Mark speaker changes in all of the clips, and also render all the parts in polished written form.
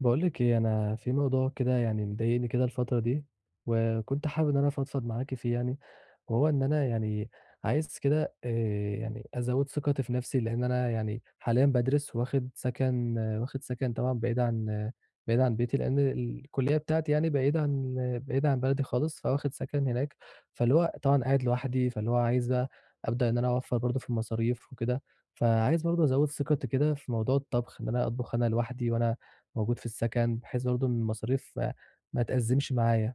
Speaker 1: بقولك ايه، انا في موضوع كده، يعني مضايقني كده الفترة دي، وكنت حابب ان انا افضفض معاكي فيه يعني. وهو إن أنا يعني عايز كده أزوّد ثقتي في نَفْسي، لإن أنا يعني حاليًا بادرس واخد سكن طبعًا بعيد عن بيتي، لإن الكلية بتاعتي يعني بعيدة عن بلدي خالص، فواخد سكن هناك. فاللي هو طبعًا قاعد لوحدي، فاللي هو عايز بقى أبدأ إن أنا أوفّر برضه في المصاريف وكده، فعايز برضه أزوّد ثقتي كده في موضوع الطبخ، إن أنا أطبخ أنا لوحدي وأنا موجود في السكن، بحيث برضه إن المصاريف ما تأزّمش معايا.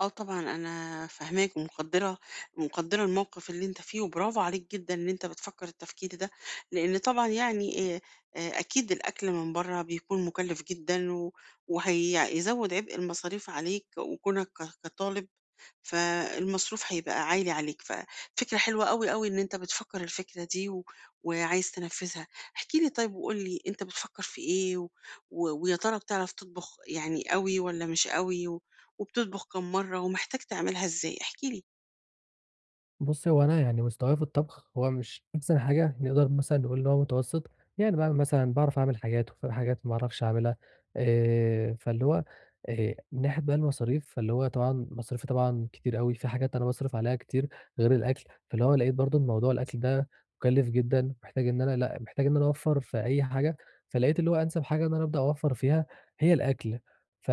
Speaker 2: آه طبعًا أنا فاهماك ومقدّرة الموقِف اللي أنت فيه، وبرافو عليك جدًا إن أنت بتفكّر التفكير ده، لإن طبعًا أكيد الأكل من برّه بيكون مُكلِّف جدًا وهي يزوّد عبء المصاريف عليك وكونك كطالب، فالمصروف هيبقى عالي عليك، ففكرة حلوة أوي، أوي إن أنت بتفكّر الفكرة دي وعايز تنفّذها. احكِ لي طيب وقُل لي أنت بتفكّر في إيه و و ويا ترى بتعرف تطبخ يعني أوي والّا مش أوي؟ وبتطبخ كام مرّة ومحتاج تعملها إزاي؟ احكِ لي.
Speaker 1: بُص، هو أنا يعني مستواي في الطبخ هو مش أحسن حاجة، نقدر مثلًا نقول إن هو متوسط. يعني باعمل مثلًا باعرف أعمل حاجات وفي حاجات ما أعرفش أعملها. فاللي هو من ناحية بقى المصاريف، فاللي هو طبعًا مصاريفي طبعًا كتير أوي، في حاجات أنا باصرف عليها كتير غير الأكل. فاللي هو لقيت برضه إن موضوع الأكل ده مُكلِّف جدًا، محتاج إن أنا لأ، محتاج إن أنا أوفّر في أي حاجة. فلقيت اللي هو أنسب حاجة إن أنا أبدأ أوفّر فيها هي الأكل. ف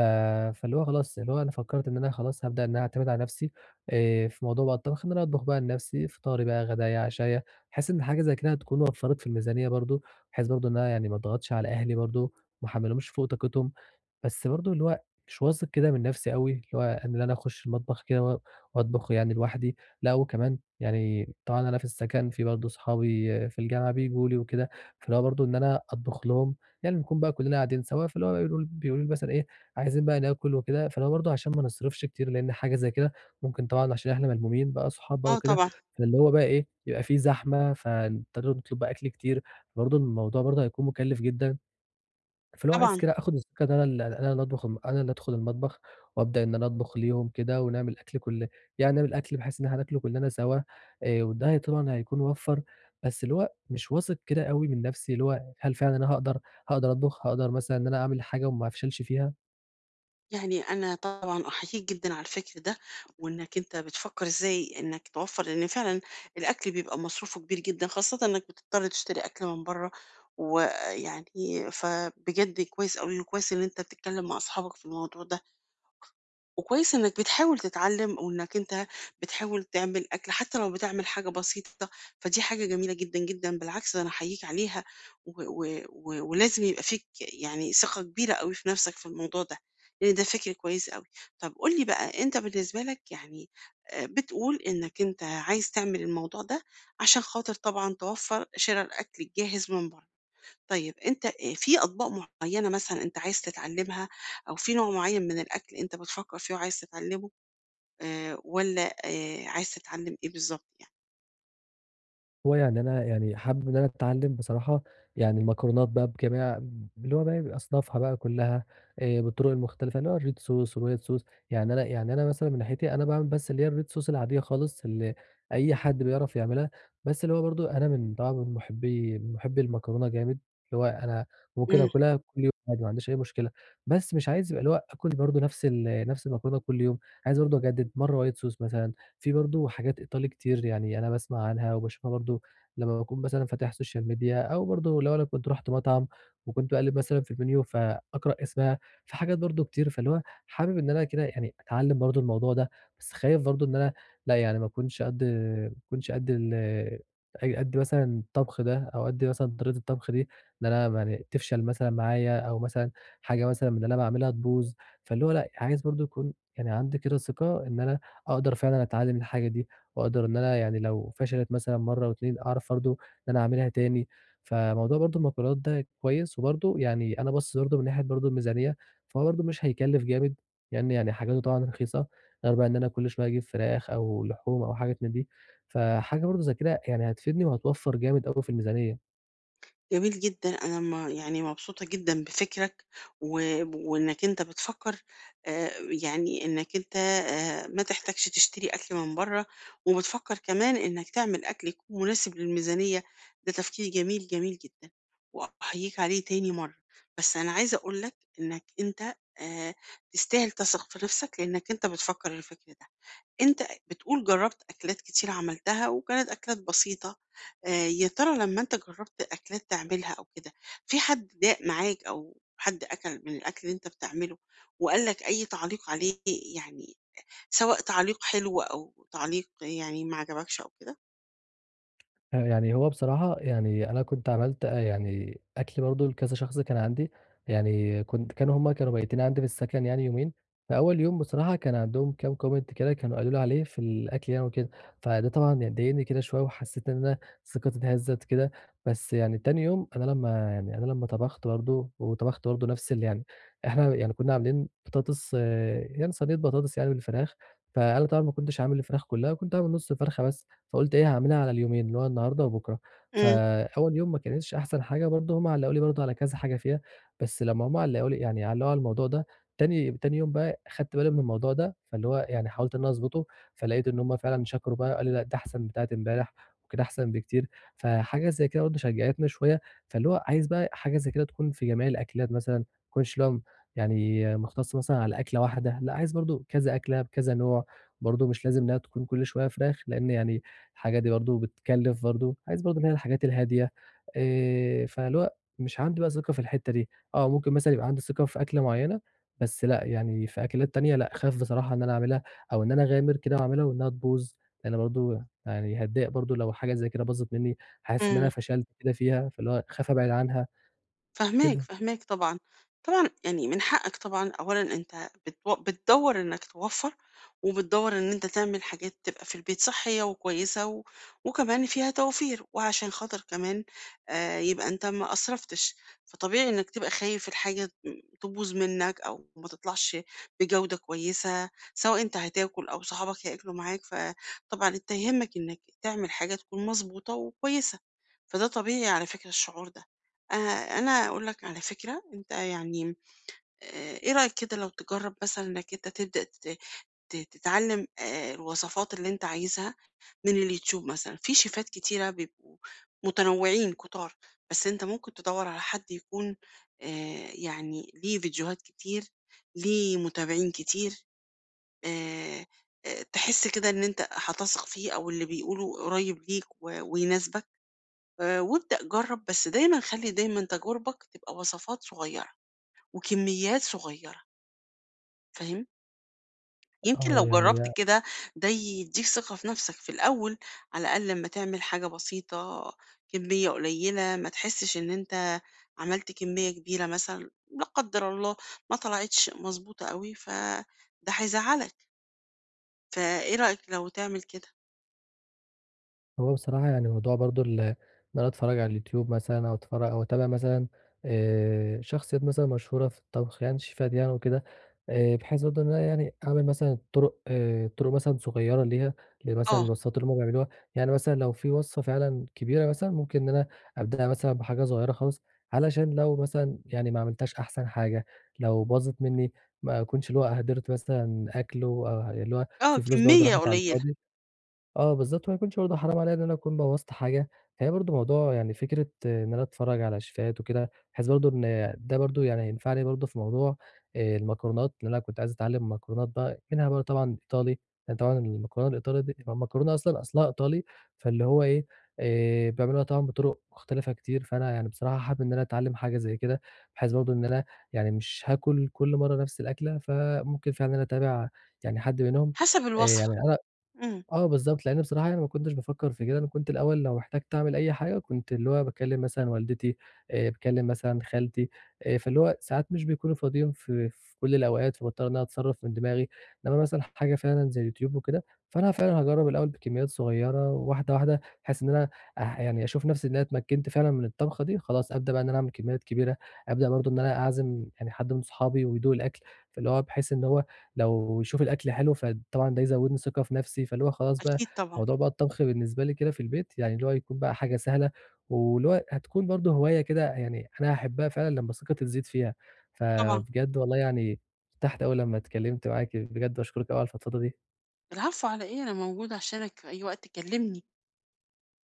Speaker 1: فاللي هو خلاص، اللي هو أنا فكّرت إن أنا خلاص هابدأ إن أنا أعتمد على نَفْسي في موضوع بقى الطبخ، إن أنا أطبخ بقى لنفسي فطاري بقى، غدايا، عشايا، بحيث إن حاجة زي كده هتكون وفّرت في الميزانية برضه، بحيث برضه إن أنا يعني ما اضغطش على أهلي برضه، ما احمّلهمش فوق طاقتهم. بس برضه اللي هو مش واثق كده من نفسي أوي، اللي هو إن أنا أخش المطبخ كده وأطبخ يعني لوحدي. لأ وكمان يعني طبعًا أنا في السكن في برضه صحابي في الجامعة بييجوا لي وكده، فاللي هو برضه إن أنا أطبخ لهم، يعني نكون بقى كلّنا قاعدين سوا، فاللي هو بيقولوا لي مثلًا إيه، عايزين بقى ناكل وكده، فاللي هو برضه عشان ما نصرفش كتير لإن حاجة زي كده ممكن طبعًا عشان إحنا ملمومين بقى صحاب بقى
Speaker 2: آه
Speaker 1: وكده،
Speaker 2: طبعًا،
Speaker 1: فاللي هو بقى إيه، يبقى في زحمة، فنضطر نطلب بقى أكل كتير، برضه الموضوع برضه هيكون مُكلِّف جدًا. فاللي هو عايز
Speaker 2: طبعًا.
Speaker 1: كده آخُد السكة إن أنا اللي أدخُل المطبخ وأبدأ إن أنا أطبخ ليهم كده ونعمل أكل كل يعني نعمل أكل بحيث إن إحنا ناكله كُلّنا سوا، وده هي طبعًا هيكون وفَّر. بس اللي هو مش واثق كده أوي من نَفْسي اللي هو هل فعلًا أنا هاقدر أطبخ، هاقدر مثلًا إن أنا أعمل حاجة وما أفشلش فيها؟
Speaker 2: يعني أنا طبعًا أحييك جدًا على الفكر ده، وإنك أنت بتفكّر إزاي إنك توفّر، لإن فعلًا الأكل بيبقى مصروفه كبير جدًا، خاصةً إنك بتضطر تشتري أكل من برّه، ويعني فبجد كويس أوي، وكويس إن أنت بتتكلّم مع أصحابك في الموضوع ده. وكويس إنك بتحاول تتعلم وإنك أنت بتحاول تعمل أكل حتى لو بتعمل حاجة بسيطة فدي حاجة جميلة جدًا، جدًا، بالعكس ده أنا أحييك عليها و و و ولازم يبقى فيك يعني ثقة كبيرة أوي في نفسك في الموضوع ده، لإن ده فكر كويس أوي. طب قُل لي بقى أنت بالنسبة لك بتقول إنك أنت عايز تعمل الموضوع ده عشان خاطر طبعًا توفّر شِرا الأكل الجاهز من برّه. طيب أنت في أطباق معيّنة مثلًا أنت عايز تتعلّمها أو في نوع معيّن من الأكل أنت بتفكّر فيه وعايز تتعلّمه والّا عايز تتعلّم إيه بالضبط
Speaker 1: هو يعني أنا يعني حابب إن أنا أتعلّم بصراحة يعني المكرونات بقى بجميع اللي هو بقى بأصنافها بقى كلّها، بالطرق المختلفة اللي هو الred sauce والwhite sauce. يعني أنا يعني أنا مثلًا من ناحيتي أنا باعمل بس اللي هي الred sauce العادية خالص اللي أي حد بيعرف يعملها. بس اللي هو برضه أنا من طبعًا من محبّي المكرونة جامد، اللي هو أنا ممكن
Speaker 2: يعني؟
Speaker 1: آكلها كل يوم عادي ما عنديش أي مشكلة. بس مش عايز يبقى اللي هو آكل برضه نفس المكرونة كل يوم، عايز برضه أجدد مرّة white sauce مثلًا. في برضه حاجات إيطالي كتير يعني أنا باسمع عنها وباشوفها برضه لمّا باكون مثلًا فاتح social media أو برضه لو أنا كنت رُحت مطعم وكنت باقلِّب مثلًا في المنيو فأقرأ اسمها. في حاجات برضه كتير، فاللي هو حابب إن أنا كده يعني أتعلّم برضه الموضوع ده. بس خايف برضه إن أنا لأ، يعني ما أكونش قد ما أكونش قد ال أ قد مثلًا الطبخ ده أو قد مثلًا طريقة الطبخ دي، إن أنا يعني تفشل مثلًا معايا أو مثلًا حاجة مثلًا من اللي أنا باعملها تبوظ. فاللي هو لأ، عايز برضه يكون يعني عندي كده ثقة إن أنا أقدر فعلًا أتعلّم الحاجة دي، وأقدر إن أنا يعني لو فشلت مثلًا مرّة و2 أعرف برضه إن أنا أعملها تاني. فموضوع برضه المكرونات ده كويس، وبرضه يعني أنا باصص برضه من ناحية برضه الميزانية، فهو برضه مش هيكلّف جامد، لإن يعني حاجاته طبعًا رخيصة، غير بقى إن أنا كل شوية أجيب فراخ أو لحوم أو حاجات من دي. فحاجة برضه زي كده يعني هتفيدني وهتوفّر جامد أوي في الميزانية.
Speaker 2: جميل جدًا، أنا ما يعني مبسوطة جدًا بفكرك، و وإنك أنت بتفكّر يعني إنك أنت ما تحتاجش تشتري أكل من برّه، وبتفكّر كمان إنك تعمل أكل يكون مناسب للميزانية، ده تفكير جميل، جميل جدًا، وأحييك عليه تاني مرّة، بس أنا عايزة أقول لك إنك أنت آآ، تستاهل تثق في نفسك لإنك أنت بتفكّر الفكر ده. أنت بتقول جرّبت أكلات كتير عملتها وكانت أكلات بسيطة، يا ترى لمّا أنت جرّبت أكلات تعملها أو كده، في حد ضاق معاك أو حد أكل من الأكل اللي أنت بتعمله وقال لك أي تعليق عليه يعني سواء تعليق حلو أو تعليق يعني ما عجبكش أو كده؟
Speaker 1: يعني هو بصراحة يعني أنا كنت عملت يعني أكل برضه لكذا شخص كان عندي، يعني كانوا هُم بايتين عندي في السكن يعني يومين. فأول يوم بصراحة كان عندهم كام comment كده كانوا قالوا لي عليه في الأكل يعني وكده، فده طبعًا يعني ضايقني كده شوية وحسيت إن أنا ثقتي اتهزت كده. بس يعني تاني يوم أنا لمّا يعني أنا لمّا طبخت برضه وطبخت برضه نفس اللي يعني إحنا يعني كنا عاملين بطاطس آه، يعني صينية بطاطس يعني بالفراخ. فأنا طبعًا ما كنتش عامل الفراخ كلها، كنت عامل نُص الفرخة بس. فقُلت إيه، هاعملها على اليومين، اللي هو النهارده وبكرة.
Speaker 2: إمم،
Speaker 1: فأول يوم ما كانتش أحسن حاجة برضه، هم علّقوا لي برضه على كذا حاجة فيها. بس لمّا هم علّقوا لي يعني علّقوا على الموضوع ده، تاني يوم بقى خدت بالي من الموضوع ده، فاللي هو يعني حاولت إن أنا أضبطه، فلقيت إن هم فعلًا شكروا بقى، قالوا لأ، ده أحسن بتاعة امبارح وكده أحسن بكتير. فحاجة زي كده برضه شجّعتني شوية، فاللي هو عايز بقى حاجة زي كده تكون في جميع الأكلات مثلًا، ما تكونش اللي هو يعني مُختص مثلًا على أكلة واحدة، لأ، عايز برضه كذا أكلة بكذا نوع، برضه مش لازم إنها تكون كل شوية فراخ، لإن يعني الحاجة دي برضه بتكلّف برضه، عايز برضه اللي هي الحاجات الهادية. فاللي هو مش عندي بقى ثقة في الحتّة دي. آه، ممكن مثلًا يبقى عندي ثقة في أكلة معيّنة، بس لأ، يعني في أكلات تانية لأ، أخاف بصراحة إن أنا أعملها أو إن أنا أغامر كده وأعملها وإنها تبوظ، لإن برضه يعني هاتضايق برضه لو حاجة زي كده باظت منّي، هاحس إن
Speaker 2: إمم.
Speaker 1: أنا فشلت كده فيها، فاللي هو أخاف أبعد عنها
Speaker 2: فاهماك،
Speaker 1: كده.
Speaker 2: فاهماك طبعًا. طبعًا يعني من حقك طبعًا أولًا أنت بتدوّر إنك توفّر، وبتدوّر إن أنت تعمل حاجات تبقى في البيت صحّية وكويسة وكمان فيها توفير، وعشان خاطر كمان يبقى أنت ما أسرفتش، فطبيعي إنك تبقى خايف الحاجة تبوظ منك أو ما تطلعش بجودة كويسة، سواء أنت هتاكل أو صحابك هياكلوا معاك، فطبعًا أنت يهمك إنك تعمل حاجة تكون مضبوطة وكويسة، فده طبيعي على فكرة الشعور ده. آآ أنا أقول لك على فكرة، أنت يعني إيه رأيك كده لو تجرّب مثلًا إنك أنت تبدأ تت ت تتعلّم الوصفات اللي أنت عايزها من اليوتيوب مثلًا، في شيفات كتيرة بيبقوا متنوّعين كتار، بس أنت ممكن تدوّر على حد يكون يعني ليه فيديوهات كتير، ليه متابعين كتير، آآ تحس كده إن أنت هتثق فيه أو اللي بيقوله قريّب ليك ويناسبك. وابدأ جرّب، بس دايمًا خلّي دايمًا تجاربك تبقى وصفات صغيّرة وكميّات صغيّرة، فاهم؟ يمكن
Speaker 1: آه،
Speaker 2: لو
Speaker 1: يعني
Speaker 2: جرّبت كده ده يدّيك ثقة في نَفْسك في الأول، على الأقل لمّا تعمل حاجة بسيطة، كميّة قليّلة، ما تحسّش إن أنت عملت كميّة كبيرة مثلًا، لا قدّر الله ما طلعتش مضبوطة أوي، فده هيزعّلك، فإيه رأيك لو تعمل كده؟
Speaker 1: هو بصراحة يعني موضوع برضه ال إن أنا أتفرّج على اليوتيوب مثلًا أو أتفرّج أو أتابع مثلًا شخصيات مثلًا مشهورة في الطبخ يعني شيفات يعني وكده، بحيث برضه إن أنا يعني أعمل مثلًا طُرق مثلًا صغيّرة ليها، لمثلًا
Speaker 2: آه،
Speaker 1: الوصفات اللي هم بيعملوها، يعني مثلًا لو في وصفة فعلًا كبيرة مثلًا ممكن إن أنا أبدأها مثلًا بحاجة صغيّرة خالص، علشان لو مثلًا يعني ما عملتهاش أحسن حاجة، لو باظت منّي ما أكونش اللي هو أهدرت مثلًا أكل و اللي هو
Speaker 2: آه،
Speaker 1: في فلوس برضه
Speaker 2: كميّة
Speaker 1: راحت على
Speaker 2: قليّلة
Speaker 1: الفاضي. آه بالضبط، وما يكونش برضه حرام عليّا إن أنا أكون بوّظت حاجة، فهي برضه موضوع يعني فكرة إن أنا أتفرّج على شيفات وكده، بحيث برضه إن ده برضه يعني هينفعني برضه في موضوع المكرونات، لإن أنا كنت عايز أتعلّم مكرونات بقى، منها بقى طبعًا إيطالي، لإن طبعًا المكرونة الإيطالي دي المكرونة أصلًا أصلها إيطالي، فاللي هو إيه، بيعملوها طبعًا بطُرق مختلفة كتير، فأنا يعني بصراحة حابب إن أنا أتعلّم حاجة زي كده، بحيث برضه إن أنا يعني مش هاكُل كل مرّة نَفْس الأكلة، فممكن فعلًا أنا أتابع يعني حد منهم،
Speaker 2: حسب الوصفة،
Speaker 1: يعني أنا
Speaker 2: إمم،
Speaker 1: آه بالضبط، لإن بصراحة أنا ما كنتش بافكّر في كده، أنا كنت الأول لو احتجت أعمل أي حاجة كنت اللي هو باكلّم مثلًا والدتي، باكلّم مثلًا خالتي، فاللي هو ساعات مش بيكونوا فاضيين في كل الأوقات، فباضطر إن أنا أتصرّف من دماغي، إنّما مثلًا حاجة فعلًا زي اليوتيوب وكده، فأنا فعلًا هاجرّب الأول بكميات صغيّرة واحدة، واحدة، بحيث إن أنا أح يعني أشوف نَفْسي إن أنا اتمكّنت فعلًا من الطبخة دي، خلاص أبدأ بقى إن أنا أعمل كميات كبيرة، أبدأ برضه إن أنا أعزم يعني حد من صحابي ويدوق الأكل، فاللي هو بحيث إن هو لو يشوف الأكل حلو فطبعًا ده يزوّدني ثقة في نَفْسي، فاللي هو خلاص بقى
Speaker 2: أكيد طبعًا،
Speaker 1: موضوع بقى الطبخ بالنسبة لي كده في البيت يعني اللي هو يكون بقى حاجة سهلة، واللي هو هتكون برضه هواية كده يعني أنا هاحبها فعلًا لمّا ثقتي تزيد فيها،
Speaker 2: طبعًا.
Speaker 1: فبجد والله يعني ارتحت أوي لمّا اتكلمت معاكِ، بجد باشكرِك أوي على الفضفضة دي.
Speaker 2: العفو على إيه، أنا موجودة عشانك في أي وقت كلمني.